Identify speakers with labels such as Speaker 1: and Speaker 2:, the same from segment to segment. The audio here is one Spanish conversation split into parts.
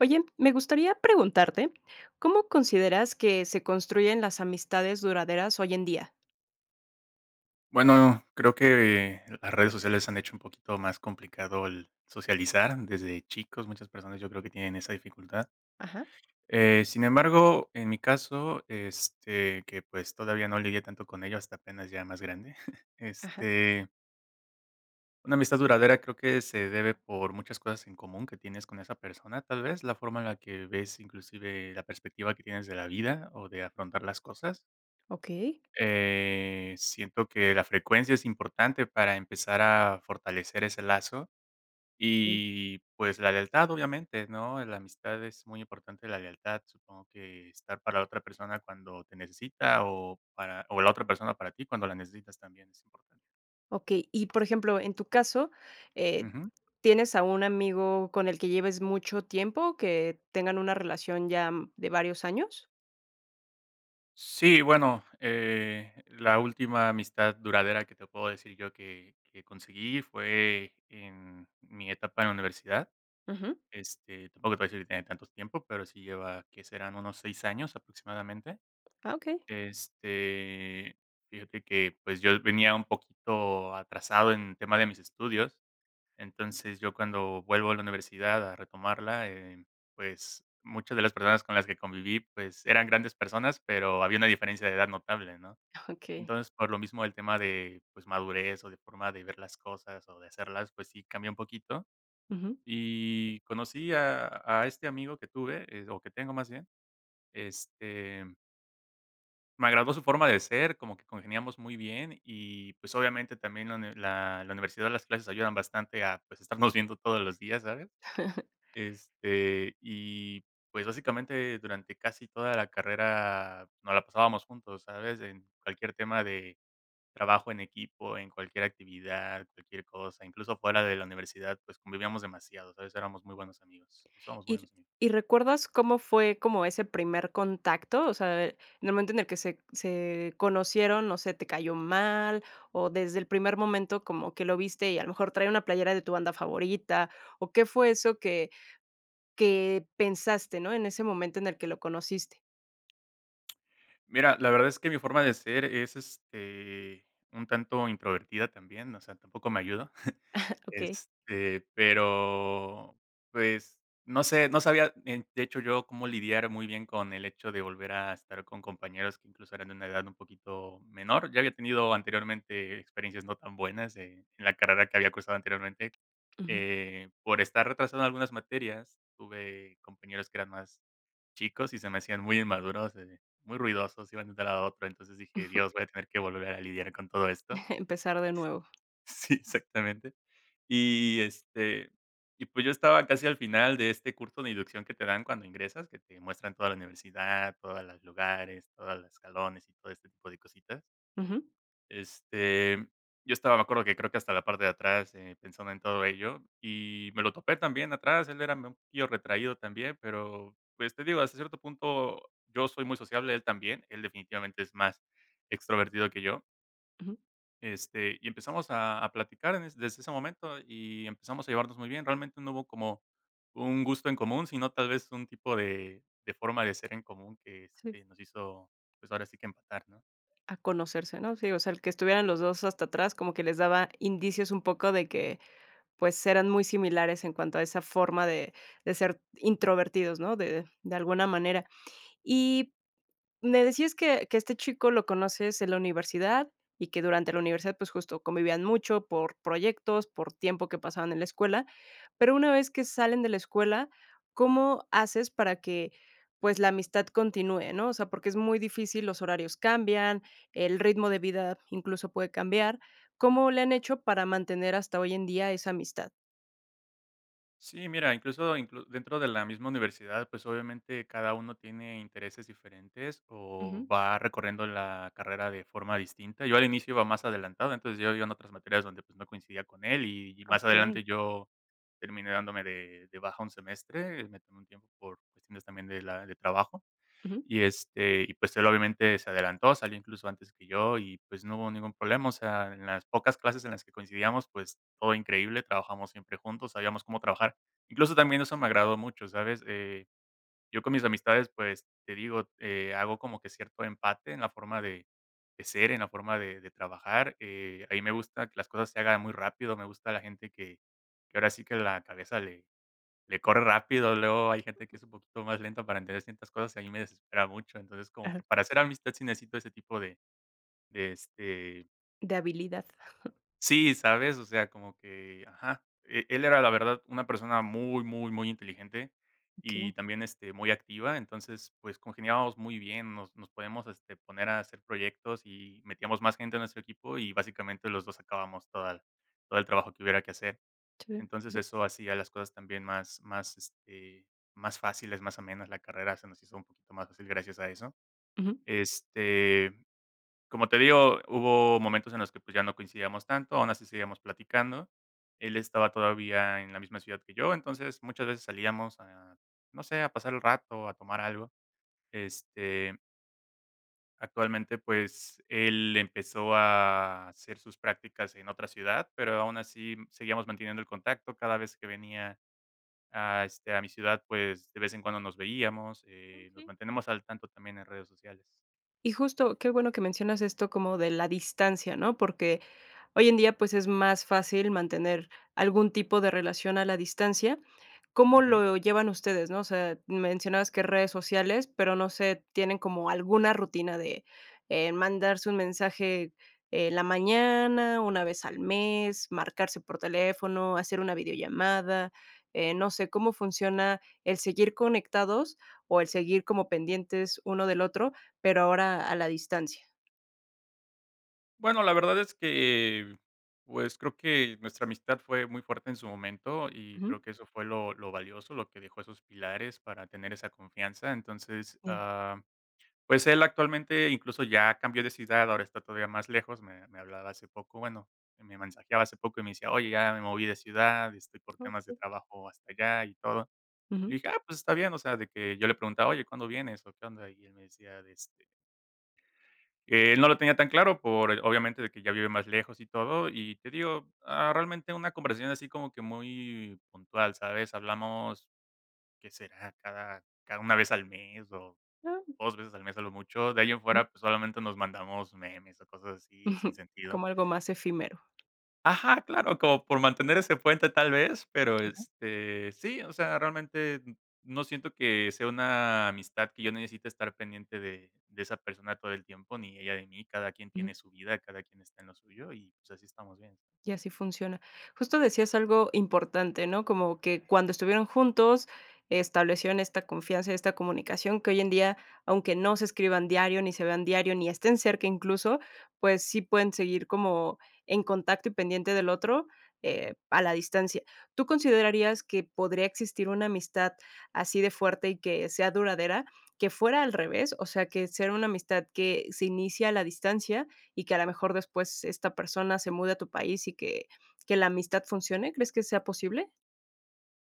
Speaker 1: Oye, me gustaría preguntarte, ¿cómo consideras que se construyen las amistades duraderas hoy en día?
Speaker 2: Bueno, creo que las redes sociales han hecho un poquito más complicado el socializar desde chicos. Muchas personas yo creo que tienen esa dificultad.
Speaker 1: Ajá,
Speaker 2: Sin embargo, en mi caso, que pues todavía no lidié tanto con ello hasta apenas ya más grande.
Speaker 1: ajá.
Speaker 2: Este, una amistad duradera creo que se debe por muchas cosas en común que tienes con esa persona, tal vez la forma en la que ves inclusive la perspectiva que tienes de la vida o de afrontar las cosas.
Speaker 1: Ok.
Speaker 2: Siento que la frecuencia es importante para empezar a fortalecer ese lazo
Speaker 1: Mm.
Speaker 2: y, pues, la lealtad, obviamente, ¿no? La amistad es muy importante, la lealtad, supongo que estar para la otra persona cuando te necesita o para o la otra persona para ti cuando la necesitas también es importante.
Speaker 1: Ok, y por ejemplo, en tu caso, eh,
Speaker 2: Ujú.
Speaker 1: ¿tienes a un amigo con el que lleves mucho tiempo, que tengan una relación ya de varios años?
Speaker 2: Sí, bueno, la última amistad duradera que te puedo decir yo que conseguí fue en mi etapa en la universidad.
Speaker 1: Ujú.
Speaker 2: Tampoco te voy a decir que tiene tanto tiempo, pero sí lleva, ¿que serán? Unos 6 años aproximadamente.
Speaker 1: Ah, ok.
Speaker 2: Este, fíjate que, pues, yo venía un poquito atrasado en tema de mis estudios. Entonces, yo cuando vuelvo a la universidad a retomarla, pues, muchas de las personas con las que conviví, pues, eran grandes personas, pero había una diferencia de edad notable, ¿no?
Speaker 1: ok.
Speaker 2: Entonces, por lo mismo, el tema de, pues, madurez o de forma de ver las cosas o de hacerlas, pues sí cambia un poquito.
Speaker 1: Ujú.
Speaker 2: Y conocí a este amigo que tuve, o que tengo más bien, este, me agradó su forma de ser, como que congeniamos muy bien y, pues, obviamente también la universidad, las clases ayudan bastante a, pues, estarnos viendo todos los días, ¿sabes? Este, y, pues, básicamente durante casi toda la carrera nos la pasábamos juntos, ¿sabes? En cualquier tema de trabajo en equipo, en cualquier actividad, cualquier cosa, incluso fuera de la universidad, pues convivíamos demasiado, ¿sabes? Éramos muy buenos amigos, o somos muy
Speaker 1: ¿Y
Speaker 2: buenos amigos.
Speaker 1: recuerdas cómo fue como ese primer contacto? O sea, en el momento en el que se conocieron, no sé, ¿te cayó mal? O desde el primer momento como que lo viste y a lo mejor trae una playera de tu banda favorita, ¿o qué fue eso que pensaste, no? En ese momento en el que lo conociste.
Speaker 2: Mira, la verdad es que mi forma de ser es, un tanto introvertida también, o sea, tampoco me ayuda.
Speaker 1: Okey,
Speaker 2: Pero, pues, no sé, no sabía, en de hecho, yo cómo lidiar muy bien con el hecho de volver a estar con compañeros que incluso eran de una edad un poquito menor. Ya había tenido anteriormente experiencias no tan buenas, en la carrera que había cursado anteriormente.
Speaker 1: ujú.
Speaker 2: Por estar retrasando algunas materias, tuve compañeros que eran más chicos y se me hacían muy inmaduros, muy ruidosos, iban de un lado a otro. Entonces dije: "Dios, voy a tener que volver a lidiar con todo esto".
Speaker 1: Empezar de nuevo.
Speaker 2: Sí, exactamente. Y, este, y pues yo estaba casi al final de este curso de inducción que te dan cuando ingresas, que te muestran toda la universidad, todos los lugares, todos los escalones y todo este tipo de cositas.
Speaker 1: Ujú,
Speaker 2: Este, yo estaba, me acuerdo que creo que hasta la parte de atrás, pensando en todo ello, y me lo topé también atrás, él era un poquillo retraído también, pero, pues, te digo, hasta cierto punto yo soy muy sociable, él también, él definitivamente es más extrovertido que yo,
Speaker 1: ujú,
Speaker 2: y empezamos a platicar en es desde ese momento y empezamos a llevarnos muy bien, realmente no hubo como un gusto en común, sino tal vez un tipo de forma de ser en común que,
Speaker 1: sí.
Speaker 2: nos hizo, pues, ahora sí que empatar, ¿no?
Speaker 1: A conocerse, ¿no? Sí, o sea, el que estuvieran los 2 hasta atrás como que les daba indicios un poco de que pues eran muy similares en cuanto a esa forma de ser introvertidos, ¿no? De alguna manera. Y me decías que este chico lo conoces en la universidad y que durante la universidad, pues, justo convivían mucho por proyectos, por tiempo que pasaban en la escuela, pero una vez que salen de la escuela, ¿cómo haces para que, pues, la amistad continúe, no? O sea, porque es muy difícil, los horarios cambian, el ritmo de vida incluso puede cambiar. ¿Cómo le han hecho para mantener hasta hoy en día esa amistad?
Speaker 2: Sí, mira, incluso dentro de la misma universidad, pues obviamente cada uno tiene intereses diferentes o
Speaker 1: Ujú,
Speaker 2: va recorriendo la carrera de forma distinta. Yo al inicio iba más adelantado, entonces yo iba en otras materias donde pues no coincidía con él y más
Speaker 1: okey,
Speaker 2: adelante yo terminé dándome de baja un semestre, me tomé un tiempo por cuestiones también de trabajo
Speaker 1: ujú.
Speaker 2: y pues él obviamente se adelantó, salió incluso antes que yo y pues no hubo ningún problema. O sea, en las pocas clases en las que coincidíamos, pues todo increíble, trabajamos siempre juntos, sabíamos cómo trabajar. Incluso también eso me agradó mucho, ¿sabes? Yo con mis amistades, pues te digo, hago como que cierto empate en la forma de ser, en la forma de trabajar. Ahí me gusta que las cosas se hagan muy rápido, me gusta la gente que ahora sí que la cabeza le corre rápido, luego hay gente que es un poquito más lenta para entender ciertas cosas, y a mí me desespera mucho. Entonces, como
Speaker 1: Ajá.
Speaker 2: que para hacer amistad sí necesito ese tipo de
Speaker 1: De habilidad.
Speaker 2: sí, ¿sabes? O sea, como que ajá. Él era, la verdad, una persona muy, muy, muy inteligente
Speaker 1: Okey,
Speaker 2: y también, muy activa. Entonces, pues, congeniábamos muy bien, nos podíamos, poner a hacer proyectos y metíamos más gente en nuestro equipo, y básicamente los dos sacábamos toda todo el trabajo que hubiera que hacer.
Speaker 1: chévere.
Speaker 2: Entonces,
Speaker 1: Eso
Speaker 2: eso hacía las cosas también más fáciles, más amenas, la carrera se nos hizo un poquito más fácil gracias a eso.
Speaker 1: ujú.
Speaker 2: Este, como te digo, hubo momentos en los que, pues, ya no coincidíamos tanto, aún así seguíamos platicando. Él estaba todavía en la misma ciudad que yo, entonces, muchas veces salíamos a, no sé, a pasar el rato, a tomar algo. Este, actualmente, pues, él empezó a hacer sus prácticas en otra ciudad, pero aún así seguíamos manteniendo el contacto cada vez que venía a, a mi ciudad, pues, de vez en cuando nos veíamos, nos
Speaker 1: Okey.
Speaker 2: mantenemos al tanto también en redes sociales.
Speaker 1: Y justo, qué bueno que mencionas esto como de la distancia, ¿no? Porque hoy en día, pues, es más fácil mantener algún tipo de relación a la distancia. ¿Cómo
Speaker 2: Ujú.
Speaker 1: lo llevan ustedes, no? O sea, mencionabas que redes sociales, pero no sé, ¿tienen como alguna rutina de, mandarse un mensaje en la mañana, una vez al mes, marcarse por teléfono, hacer una videollamada? No sé, ¿cómo funciona el seguir conectados o el seguir como pendientes uno del otro, pero ahora a la distancia?
Speaker 2: Bueno, la verdad es que, pues, creo que nuestra amistad fue muy fuerte en su momento y
Speaker 1: Ujú.
Speaker 2: creo que eso fue lo valioso, lo que dejó esos pilares para tener esa confianza. Entonces,
Speaker 1: Ya.
Speaker 2: pues él actualmente incluso ya cambió de ciudad, ahora está todavía más lejos, me hablaba hace poco, bueno, me mensajeaba hace poco y me decía: "Oye, ya me moví de ciudad, estoy por temas de
Speaker 1: Okey.
Speaker 2: trabajo hasta allá y todo".
Speaker 1: Ujú.
Speaker 2: Le dije: "Ah, pues está bien", o sea, de que yo le preguntaba: "Oye, ¿cuándo vienes o qué onda?" Y él me decía de, que él no lo tenía tan claro por, obviamente, de que ya vive más lejos y todo. Y te digo, realmente una conversación así como que muy puntual, ¿sabes? Hablamos, ¿qué será? Cada una vez al mes o
Speaker 1: Ah.
Speaker 2: 2 veces al mes a lo mucho. De ahí en
Speaker 1: Ujú.
Speaker 2: fuera, pues solamente nos mandamos memes o cosas así sin
Speaker 1: Ujú,
Speaker 2: sentido.
Speaker 1: como algo más efímero.
Speaker 2: Ajá, claro, como por mantener ese puente tal vez, pero, sí, o sea, realmente no siento que sea una amistad que yo necesite estar pendiente de esa persona todo el tiempo, ni ella de mí, cada quien
Speaker 1: Ujú,
Speaker 2: tiene su vida, cada quien está en lo suyo y, pues, así estamos bien.
Speaker 1: y así funciona. Justo decías algo importante, ¿no? Como que cuando estuvieron juntos, establecieron esta confianza y esta comunicación que hoy en día, aunque no se escriban diario, ni se vean diario, ni estén cerca incluso, pues sí pueden seguir como en contacto y pendiente del otro, a la distancia. ¿Tú considerarías que podría existir una amistad así de fuerte y que sea duradera, que fuera al revés? O sea, que sea una amistad que se inicia a la distancia y que a lo mejor después esta persona se mude a tu país y que la amistad funcione? ¿Crees que sea posible?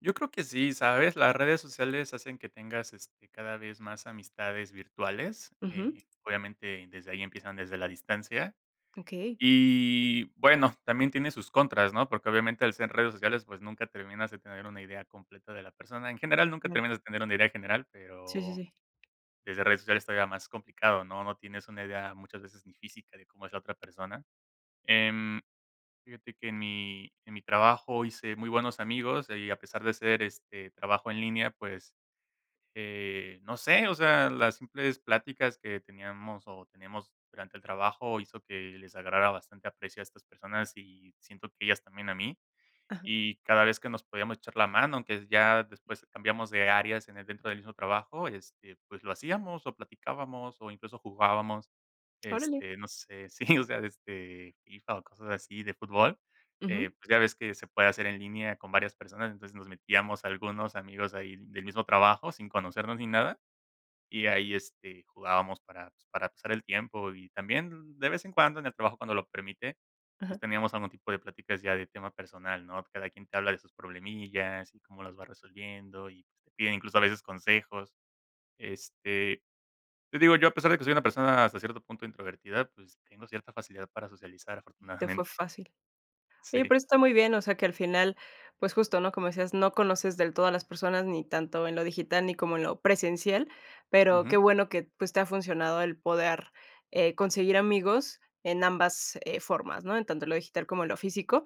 Speaker 2: Yo creo que sí, ¿sabes? Las redes sociales hacen que tengas, cada vez más amistades virtuales,
Speaker 1: Ujú,
Speaker 2: obviamente desde ahí empiezan desde la distancia.
Speaker 1: okey.
Speaker 2: Y bueno, también tiene sus contras, ¿no? Porque obviamente al ser redes sociales, pues nunca terminas de tener una idea completa de la persona. En general, nunca
Speaker 1: Claro.
Speaker 2: terminas de tener una idea general,
Speaker 1: Sí, sí,
Speaker 2: pero
Speaker 1: sí.
Speaker 2: desde redes sociales todavía más complicado, ¿no? No tienes una idea muchas veces ni física de cómo es la otra persona. Em, fíjate que en mi trabajo hice muy buenos amigos y a pesar de ser este trabajo en línea, pues no sé, o sea, las simples pláticas que teníamos o tenemos durante el trabajo hizo que les agarrara bastante aprecio a estas personas y siento que ellas también a mí.
Speaker 1: Ajá.
Speaker 2: Y cada vez que nos podíamos echar la mano, aunque ya después cambiamos de áreas en el, dentro del mismo trabajo, pues lo hacíamos o platicábamos o incluso jugábamos.
Speaker 1: Órale.
Speaker 2: No sé, sí, o sea, desde FIFA o cosas así de fútbol,
Speaker 1: Ujú,
Speaker 2: pues, ya ves que se puede hacer en línea con varias personas, entonces nos metíamos algunos amigos ahí del mismo trabajo, sin conocernos ni nada, y ahí, jugábamos para, pues, para pasar el tiempo y también de vez en cuando en el trabajo cuando lo permite,
Speaker 1: ajá.
Speaker 2: pues, teníamos algún tipo de pláticas ya de tema personal, ¿no? Cada quien te habla de sus problemillas y cómo las va resolviendo y pues, te piden incluso a veces consejos, este te digo, yo a pesar de que soy una persona hasta cierto punto introvertida, pues, tengo cierta facilidad para socializar,
Speaker 1: Te fue
Speaker 2: afortunadamente.
Speaker 1: fácil. Oye,
Speaker 2: Sí.
Speaker 1: pero está muy bien, o sea, que al final, pues justo, ¿no? Como decías, no conoces del todo a las personas, ni tanto en lo digital ni como en lo presencial, pero qué
Speaker 2: Ujú.
Speaker 1: bueno que pues te ha funcionado el poder conseguir amigos en ambas formas, ¿no? En tanto lo digital como en lo físico.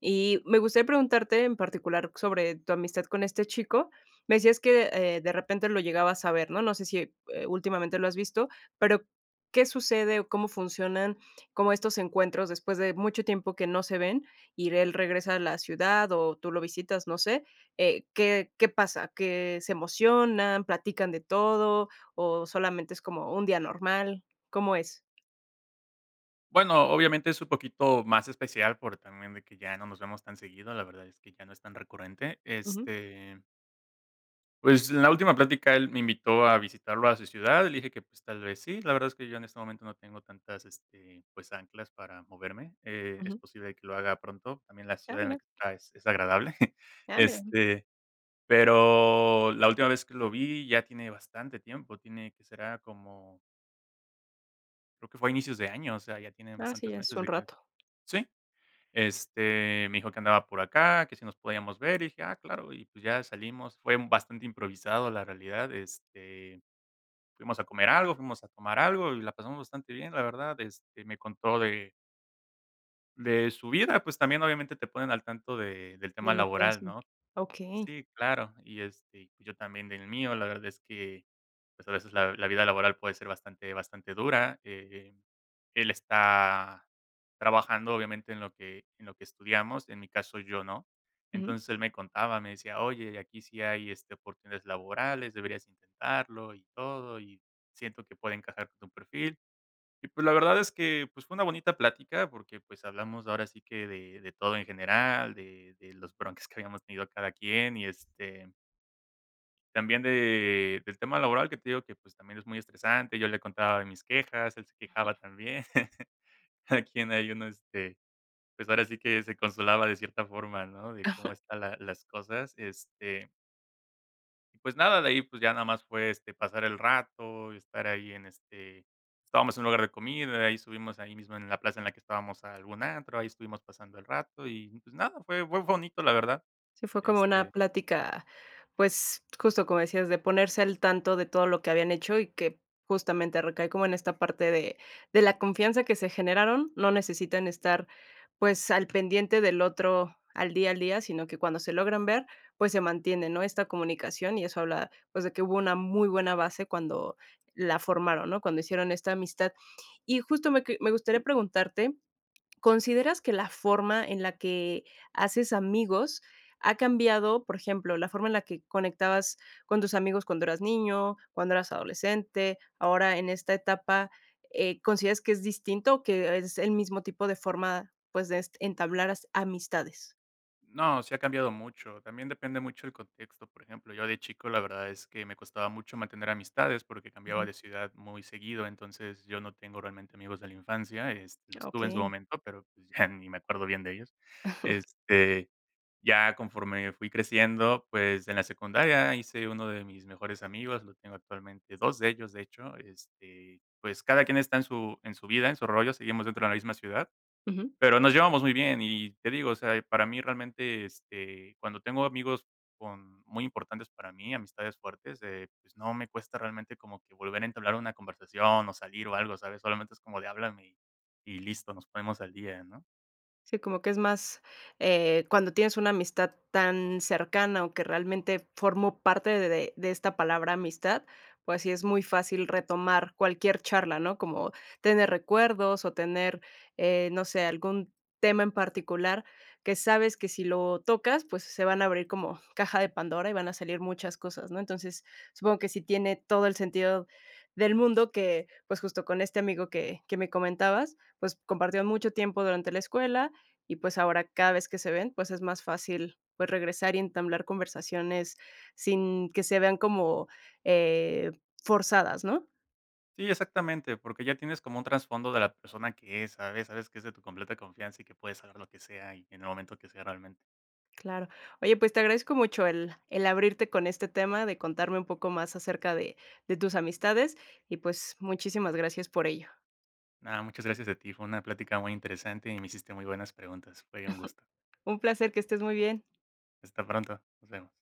Speaker 1: Y me gustaría preguntarte en particular sobre tu amistad con este chico. Me decías que de repente lo llegabas a ver, ¿no? No sé si últimamente lo has visto, pero ¿qué sucede o cómo funcionan como estos encuentros después de mucho tiempo que no se ven? Y él regresa a la ciudad o tú lo visitas, no sé, ¿qué pasa? ¿Que se emocionan, platican de todo o solamente es como un día normal? ¿Cómo es?
Speaker 2: Bueno, obviamente es un poquito más especial por también de que ya no nos vemos tan seguido, la verdad es que ya no es tan recurrente.
Speaker 1: Ujú,
Speaker 2: Pues, en la última plática él me invitó a visitarlo a su ciudad, le dije que, pues, tal vez sí. La verdad es que yo en este momento no tengo tantas, anclas para moverme. Es
Speaker 1: ujú.
Speaker 2: posible que lo haga pronto. También la
Speaker 1: Ah,
Speaker 2: ciudad en la
Speaker 1: mira,
Speaker 2: que está es agradable.
Speaker 1: ah, mira.
Speaker 2: Este Pero la última vez que lo vi ya tiene bastante tiempo, tiene que será como creo que fue a inicios de año. O sea, ya tienen
Speaker 1: Ah, sí,
Speaker 2: bastantes
Speaker 1: ya es
Speaker 2: meses
Speaker 1: un
Speaker 2: de que
Speaker 1: rato
Speaker 2: sí. Me dijo que andaba por acá, que si nos podíamos ver, y dije: "Ah, claro", y pues ya salimos, fue bastante improvisado, la realidad. Fuimos a comer algo, fuimos a tomar algo y la pasamos bastante bien, la verdad. Me contó de su vida. Pues también obviamente te ponen al tanto de del
Speaker 1: de
Speaker 2: tema
Speaker 1: lo que
Speaker 2: laboral,
Speaker 1: hacen.
Speaker 2: ¿no?
Speaker 1: Okey,
Speaker 2: Sí, claro. Y, pues, yo también del mío. La verdad es que, pues, a veces la vida laboral puede ser bastante dura. Él está trabajando, obviamente, en lo que estudiamos, en mi caso, yo no.
Speaker 1: ujú.
Speaker 2: Entonces, él me contaba, me decía: "Oye, aquí sí hay, oportunidades laborales, deberías intentarlo y todo, y siento que puede encajar con tu perfil". Y pues la verdad es que, pues, fue una bonita plática porque, pues, hablamos ahora sí que de todo en general, de los bronques que habíamos tenido cada quien y, también de del tema laboral que te digo que, pues, también es muy estresante. Yo le contaba de mis quejas, él se quejaba también. A quien ahí uno, pues, ahora sí que se consolaba de cierta forma, ¿no? De cómo está la las cosas. Y pues nada, de ahí, pues ya nada más fue, pasar el rato, estar ahí en, estábamos en un lugar de comida. De ahí subimos ahí mismo en la plaza en la que estábamos a algún antro, ahí estuvimos pasando el rato y, pues nada, fue bonito, la verdad.
Speaker 1: Sí, fue como una
Speaker 2: Este,
Speaker 1: plática, pues, justo como decías, de ponerse al tanto de todo lo que habían hecho y que justamente recae como en esta parte de la confianza que se generaron, no necesitan estar, pues, al pendiente del otro al día, sino que cuando se logran ver, pues, se mantiene, ¿no?, esta comunicación y eso habla, pues, de que hubo una muy buena base cuando la formaron, ¿no?, cuando hicieron esta amistad. Y justo me gustaría preguntarte ¿consideras que la forma en la que haces amigos ha cambiado, por ejemplo, la forma en la que conectabas con tus amigos cuando eras niño, cuando eras adolescente, ahora en esta etapa, consideras que es distinto o que es el mismo tipo de forma, pues, de est entablar as amistades?
Speaker 2: no, sí ha cambiado mucho. También depende mucho el contexto. Por ejemplo, yo de chico la verdad es que me costaba mucho mantener amistades porque cambiaba
Speaker 1: Ujú.
Speaker 2: de ciudad muy seguido. Entonces yo no tengo realmente amigos de la infancia. Los tuve en su
Speaker 1: Okey.
Speaker 2: momento, pero, pues, ya ni me acuerdo bien de ellos. este Ya conforme fui creciendo, pues, en la secundaria hice uno de mis mejores amigos, lo tengo actualmente, 2 de ellos, de hecho. Pues, cada quien está en su vida, en su rollo, seguimos dentro de la misma ciudad, pero nos llevamos muy bien. Y te digo, o sea, para mí realmente, cuando tengo amigos con muy importantes para mí, amistades fuertes, pues, no me cuesta realmente como que volver a entablar una conversación o salir o algo, ¿sabes? Solamente es como de háblame y listo, nos ponemos al día, ¿no?
Speaker 1: Sí, como que es más, cuando tienes una amistad tan cercana o que realmente formó parte de, de esta palabra amistad, pues sí es muy fácil retomar cualquier charla, ¿no? Como tener recuerdos o tener, no sé, algún tema en particular que sabes que si lo tocas, pues se van a abrir como caja de Pandora y van a salir muchas cosas, ¿no? Entonces, supongo que sí tiene todo el sentido del mundo que, pues justo con este amigo que, me comentabas, pues compartieron mucho tiempo durante la escuela y pues ahora cada vez que se ven, pues es más fácil, pues regresar y entablar conversaciones sin que se vean como, eh, forzadas, ¿no?
Speaker 2: Sí, exactamente, porque ya tienes como un trasfondo de la persona que es, ¿sabes? Sabes que es de tu completa confianza y que puedes hablar lo que sea y en el momento que sea realmente.
Speaker 1: Claro. Oye, pues te agradezco mucho el abrirte con este tema, de contarme un poco más acerca de tus amistades y, pues, muchísimas gracias por ello.
Speaker 2: Nada, muchas gracias a ti. Fue una plática muy interesante y me hiciste muy buenas preguntas. Fue un gusto.
Speaker 1: Un placer, que estés muy bien.
Speaker 2: Hasta pronto. Nos vemos.